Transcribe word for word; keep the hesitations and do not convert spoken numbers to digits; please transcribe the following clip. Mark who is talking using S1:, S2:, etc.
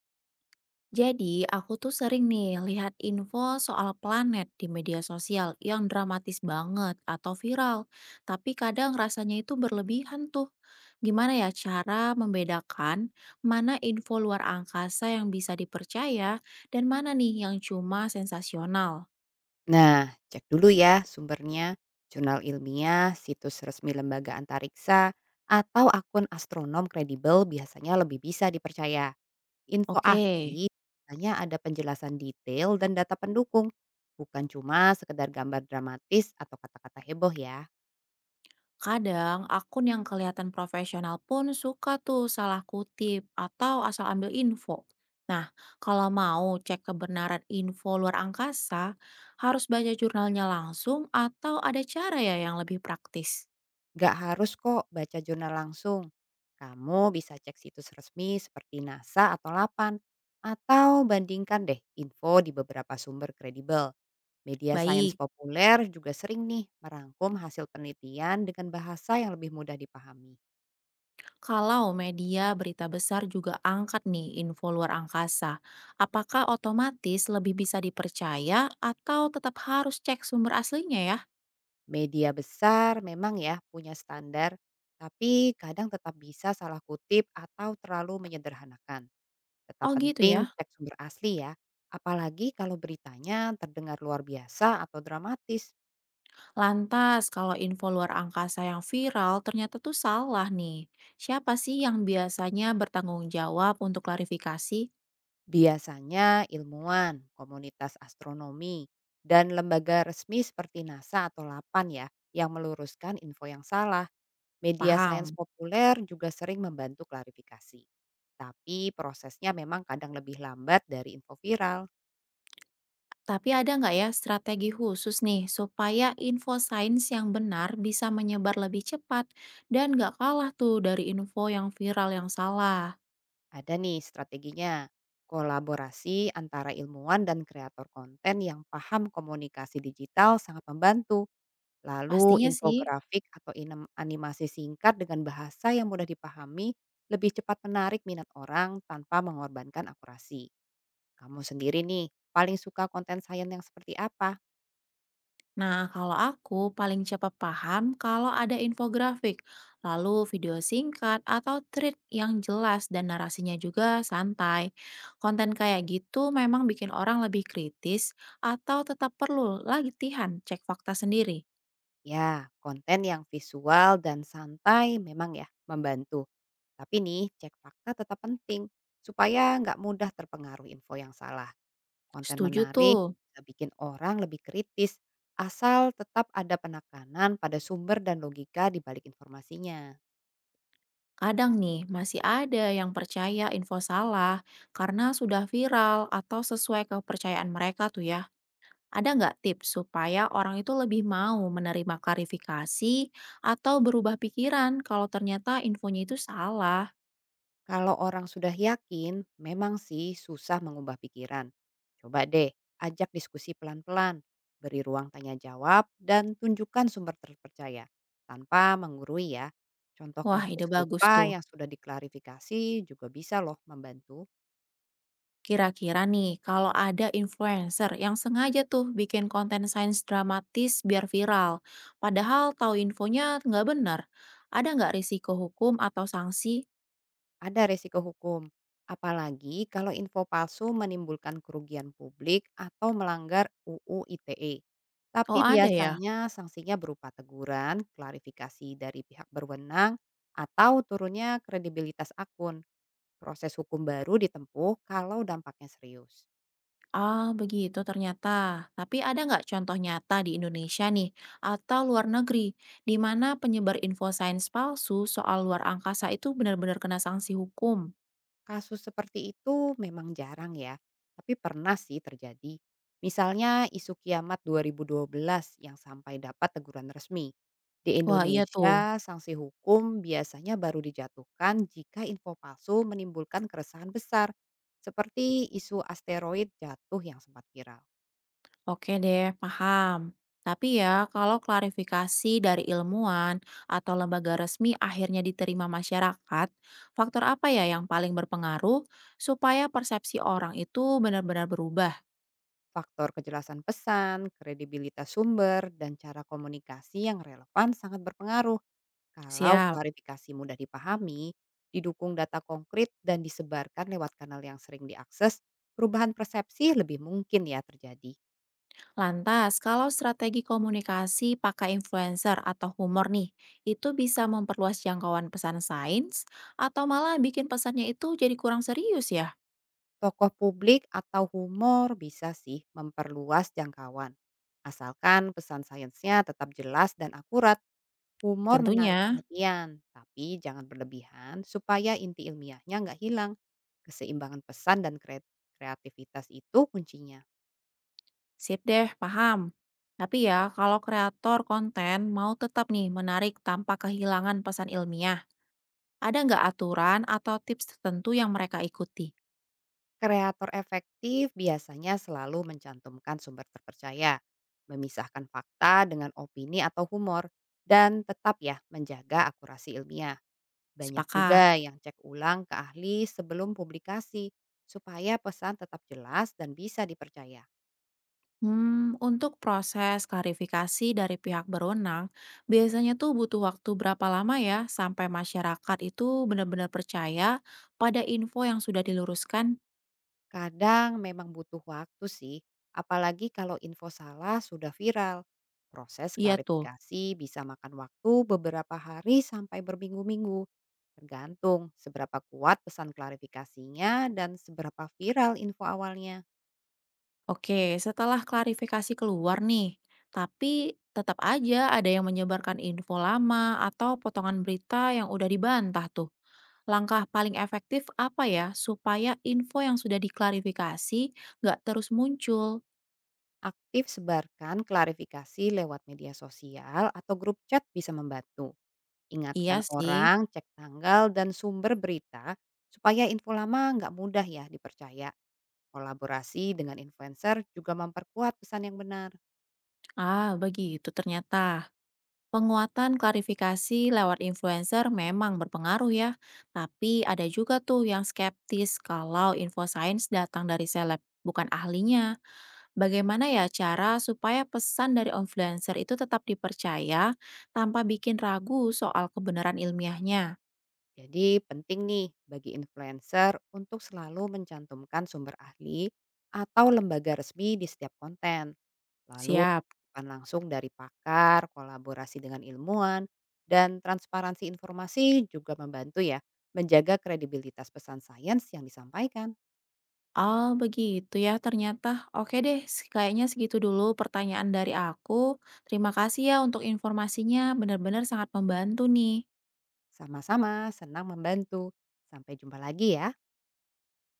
S1: Jadi, aku tuh sering nih lihat info soal planet di media sosial yang dramatis banget atau viral. Tapi kadang rasanya itu berlebihan tuh. Gimana ya cara membedakan mana info luar angkasa yang bisa dipercaya dan mana nih yang cuma sensasional?
S2: Nah, cek dulu ya sumbernya, jurnal ilmiah, situs resmi lembaga antariksa, atau akun astronom kredibel biasanya lebih bisa dipercaya. Info
S1: Oke.
S2: asli hanya ada penjelasan detail dan data pendukung, bukan cuma sekedar gambar dramatis atau kata-kata heboh ya.
S1: Kadang akun yang kelihatan profesional pun suka tuh salah kutip atau asal ambil info. Nah, kalau mau cek kebenaran info luar angkasa, harus baca jurnalnya langsung atau ada cara ya yang lebih praktis.
S2: Gak harus kok baca jurnal langsung. Kamu bisa cek situs resmi seperti NASA atau LAPAN, atau bandingkan deh info di beberapa sumber kredibel. Media sains
S1: Baik,
S2: populer juga sering nih merangkum hasil penelitian dengan bahasa yang lebih mudah dipahami.
S1: kalau media berita besar juga angkat nih info luar angkasa, apakah otomatis lebih bisa dipercaya atau tetap harus cek sumber aslinya ya?
S2: Media besar memang ya punya standar, tapi kadang tetap bisa salah kutip atau terlalu menyederhanakan. Tetap
S1: Oh gitu
S2: penting
S1: ya.
S2: cek sumber asli ya, apalagi kalau beritanya terdengar luar biasa atau dramatis.
S1: Lantas, kalau info luar angkasa yang viral ternyata tuh salah nih. Siapa sih yang biasanya bertanggung jawab untuk klarifikasi?
S2: Biasanya ilmuwan, komunitas astronomi, dan lembaga resmi seperti NASA atau LAPAN ya yang meluruskan info yang salah. Media sains
S1: Paham.
S2: populer juga sering membantu klarifikasi. Tapi prosesnya memang kadang lebih lambat dari info viral.
S1: Tapi ada nggak ya strategi khusus nih supaya info sains yang benar bisa menyebar lebih cepat dan nggak kalah tuh dari info yang viral yang salah?
S2: Ada nih strateginya, kolaborasi antara ilmuwan dan kreator konten yang paham komunikasi digital sangat membantu. Lalu
S1: Pastinya sih.
S2: infografik atau inem- animasi singkat dengan bahasa yang mudah dipahami lebih cepat menarik minat orang tanpa mengorbankan akurasi. Kamu sendiri nih, paling suka konten sains yang seperti apa?
S1: Nah, kalau aku paling cepat paham kalau ada infografik, lalu video singkat atau treat yang jelas dan narasinya juga santai. Konten kayak gitu memang bikin orang lebih kritis atau tetap perlu latihan cek fakta sendiri.
S2: Ya, konten yang visual dan santai memang ya membantu. Tapi nih, cek fakta tetap penting supaya nggak mudah terpengaruh info yang salah. Konten
S1: Setuju
S2: menarik
S1: tuh.
S2: bisa bikin orang lebih kritis asal tetap ada penekanan pada sumber dan logika di balik informasinya.
S1: Kadang nih masih ada yang percaya info salah karena sudah viral atau sesuai kepercayaan mereka tuh ya. Ada nggak tips supaya orang itu lebih mau menerima klarifikasi atau berubah pikiran kalau ternyata infonya itu salah?
S2: Kalau orang sudah yakin, memang sih susah mengubah pikiran. Coba deh, ajak diskusi pelan-pelan, beri ruang tanya jawab, dan tunjukkan sumber terpercaya tanpa menggurui ya. Contoh
S1: Wah,
S2: kasus
S1: ide bagus
S2: serupa
S1: tuh.
S2: yang sudah diklarifikasi juga bisa loh membantu.
S1: Kira-kira nih, kalau ada influencer yang sengaja tuh bikin konten sains dramatis biar viral, padahal tahu infonya nggak benar, ada nggak risiko hukum atau sanksi?
S2: Ada resiko hukum, apalagi kalau info palsu menimbulkan kerugian publik atau melanggar U U I T E.
S1: Oh,
S2: Tapi
S1: ada ya.
S2: biasanya sanksinya berupa teguran, klarifikasi dari pihak berwenang, atau turunnya kredibilitas akun. Proses hukum baru ditempuh kalau dampaknya serius.
S1: Ah, begitu ternyata. Tapi ada nggak contoh nyata di Indonesia nih, atau luar negeri, di mana penyebar info sains palsu soal luar angkasa itu benar-benar kena sanksi hukum?
S2: Kasus seperti itu memang jarang ya, tapi pernah sih terjadi. Misalnya isu kiamat dua ribu dua belas yang sampai dapat teguran resmi. Di
S1: Wah, iya tuh.
S2: Indonesia, sanksi hukum biasanya baru dijatuhkan jika info palsu menimbulkan keresahan besar, seperti isu asteroid jatuh yang sempat viral.
S1: Oke deh, paham. Tapi ya, kalau klarifikasi dari ilmuwan atau lembaga resmi akhirnya diterima masyarakat, faktor apa ya yang paling berpengaruh supaya persepsi orang itu benar-benar berubah?
S2: Faktor kejelasan pesan, kredibilitas sumber, dan cara komunikasi yang relevan sangat berpengaruh. Kalau
S1: Siap.
S2: klarifikasi mudah dipahami, didukung data konkret dan disebarkan lewat kanal yang sering diakses, perubahan persepsi lebih mungkin ya terjadi.
S1: Lantas, kalau strategi komunikasi pakai influencer atau humor nih, itu bisa memperluas jangkauan pesan sains atau malah bikin pesannya itu jadi kurang serius ya?
S2: Tokoh publik atau humor bisa sih memperluas jangkauan. Asalkan pesan sainsnya tetap jelas dan akurat, humor menarik
S1: Tentunya,
S2: perhatian, tapi jangan berlebihan supaya inti ilmiahnya nggak hilang. Keseimbangan pesan dan kre- kreativitas itu kuncinya.
S1: sip deh, paham. Tapi ya, kalau kreator konten mau tetap nih menarik tanpa kehilangan pesan ilmiah, ada nggak aturan atau tips tertentu yang mereka ikuti?
S2: Kreator efektif biasanya selalu mencantumkan sumber terpercaya, memisahkan fakta dengan opini atau humor, dan tetap ya menjaga akurasi ilmiah. Banyak
S1: Sepakat.
S2: juga yang cek ulang ke ahli sebelum publikasi supaya pesan tetap jelas dan bisa dipercaya.
S1: Hmm, untuk proses klarifikasi dari pihak berwenang, biasanya tuh butuh waktu berapa lama ya sampai masyarakat itu benar-benar percaya pada info yang sudah diluruskan?
S2: Kadang memang butuh waktu sih, apalagi kalau info salah sudah viral. Proses
S1: Iya tuh.
S2: klarifikasi bisa makan waktu beberapa hari sampai berminggu-minggu, tergantung seberapa kuat pesan klarifikasinya dan seberapa viral info awalnya.
S1: Oke, setelah klarifikasi keluar nih, tapi tetap aja ada yang menyebarkan info lama atau potongan berita yang udah dibantah tuh. Langkah paling efektif apa ya supaya info yang sudah diklarifikasi nggak terus muncul?
S2: Aktif sebarkan klarifikasi lewat media sosial atau grup chat bisa membantu.
S1: Iya
S2: Ingatkan
S1: sih.
S2: orang, cek tanggal dan sumber berita supaya info lama nggak mudah ya dipercaya. Kolaborasi dengan influencer juga memperkuat pesan yang benar.
S1: Ah, begitu ternyata. Penguatan klarifikasi lewat influencer memang berpengaruh ya. Tapi ada juga tuh yang skeptis kalau info sains datang dari seleb, bukan ahlinya. Bagaimana ya cara supaya pesan dari influencer itu tetap dipercaya tanpa bikin ragu soal kebenaran ilmiahnya?
S2: Jadi penting nih bagi influencer untuk selalu mencantumkan sumber ahli atau lembaga resmi di setiap konten. Lalu
S1: Siap.
S2: tanggapan langsung dari pakar, kolaborasi dengan ilmuwan, dan transparansi informasi juga membantu ya menjaga kredibilitas pesan sains yang disampaikan.
S1: Oh, begitu ya ternyata. Oke deh, se- kayaknya segitu dulu pertanyaan dari aku. Terima kasih ya untuk informasinya, benar-benar sangat membantu nih.
S2: Sama-sama senang membantu. Sampai jumpa lagi ya.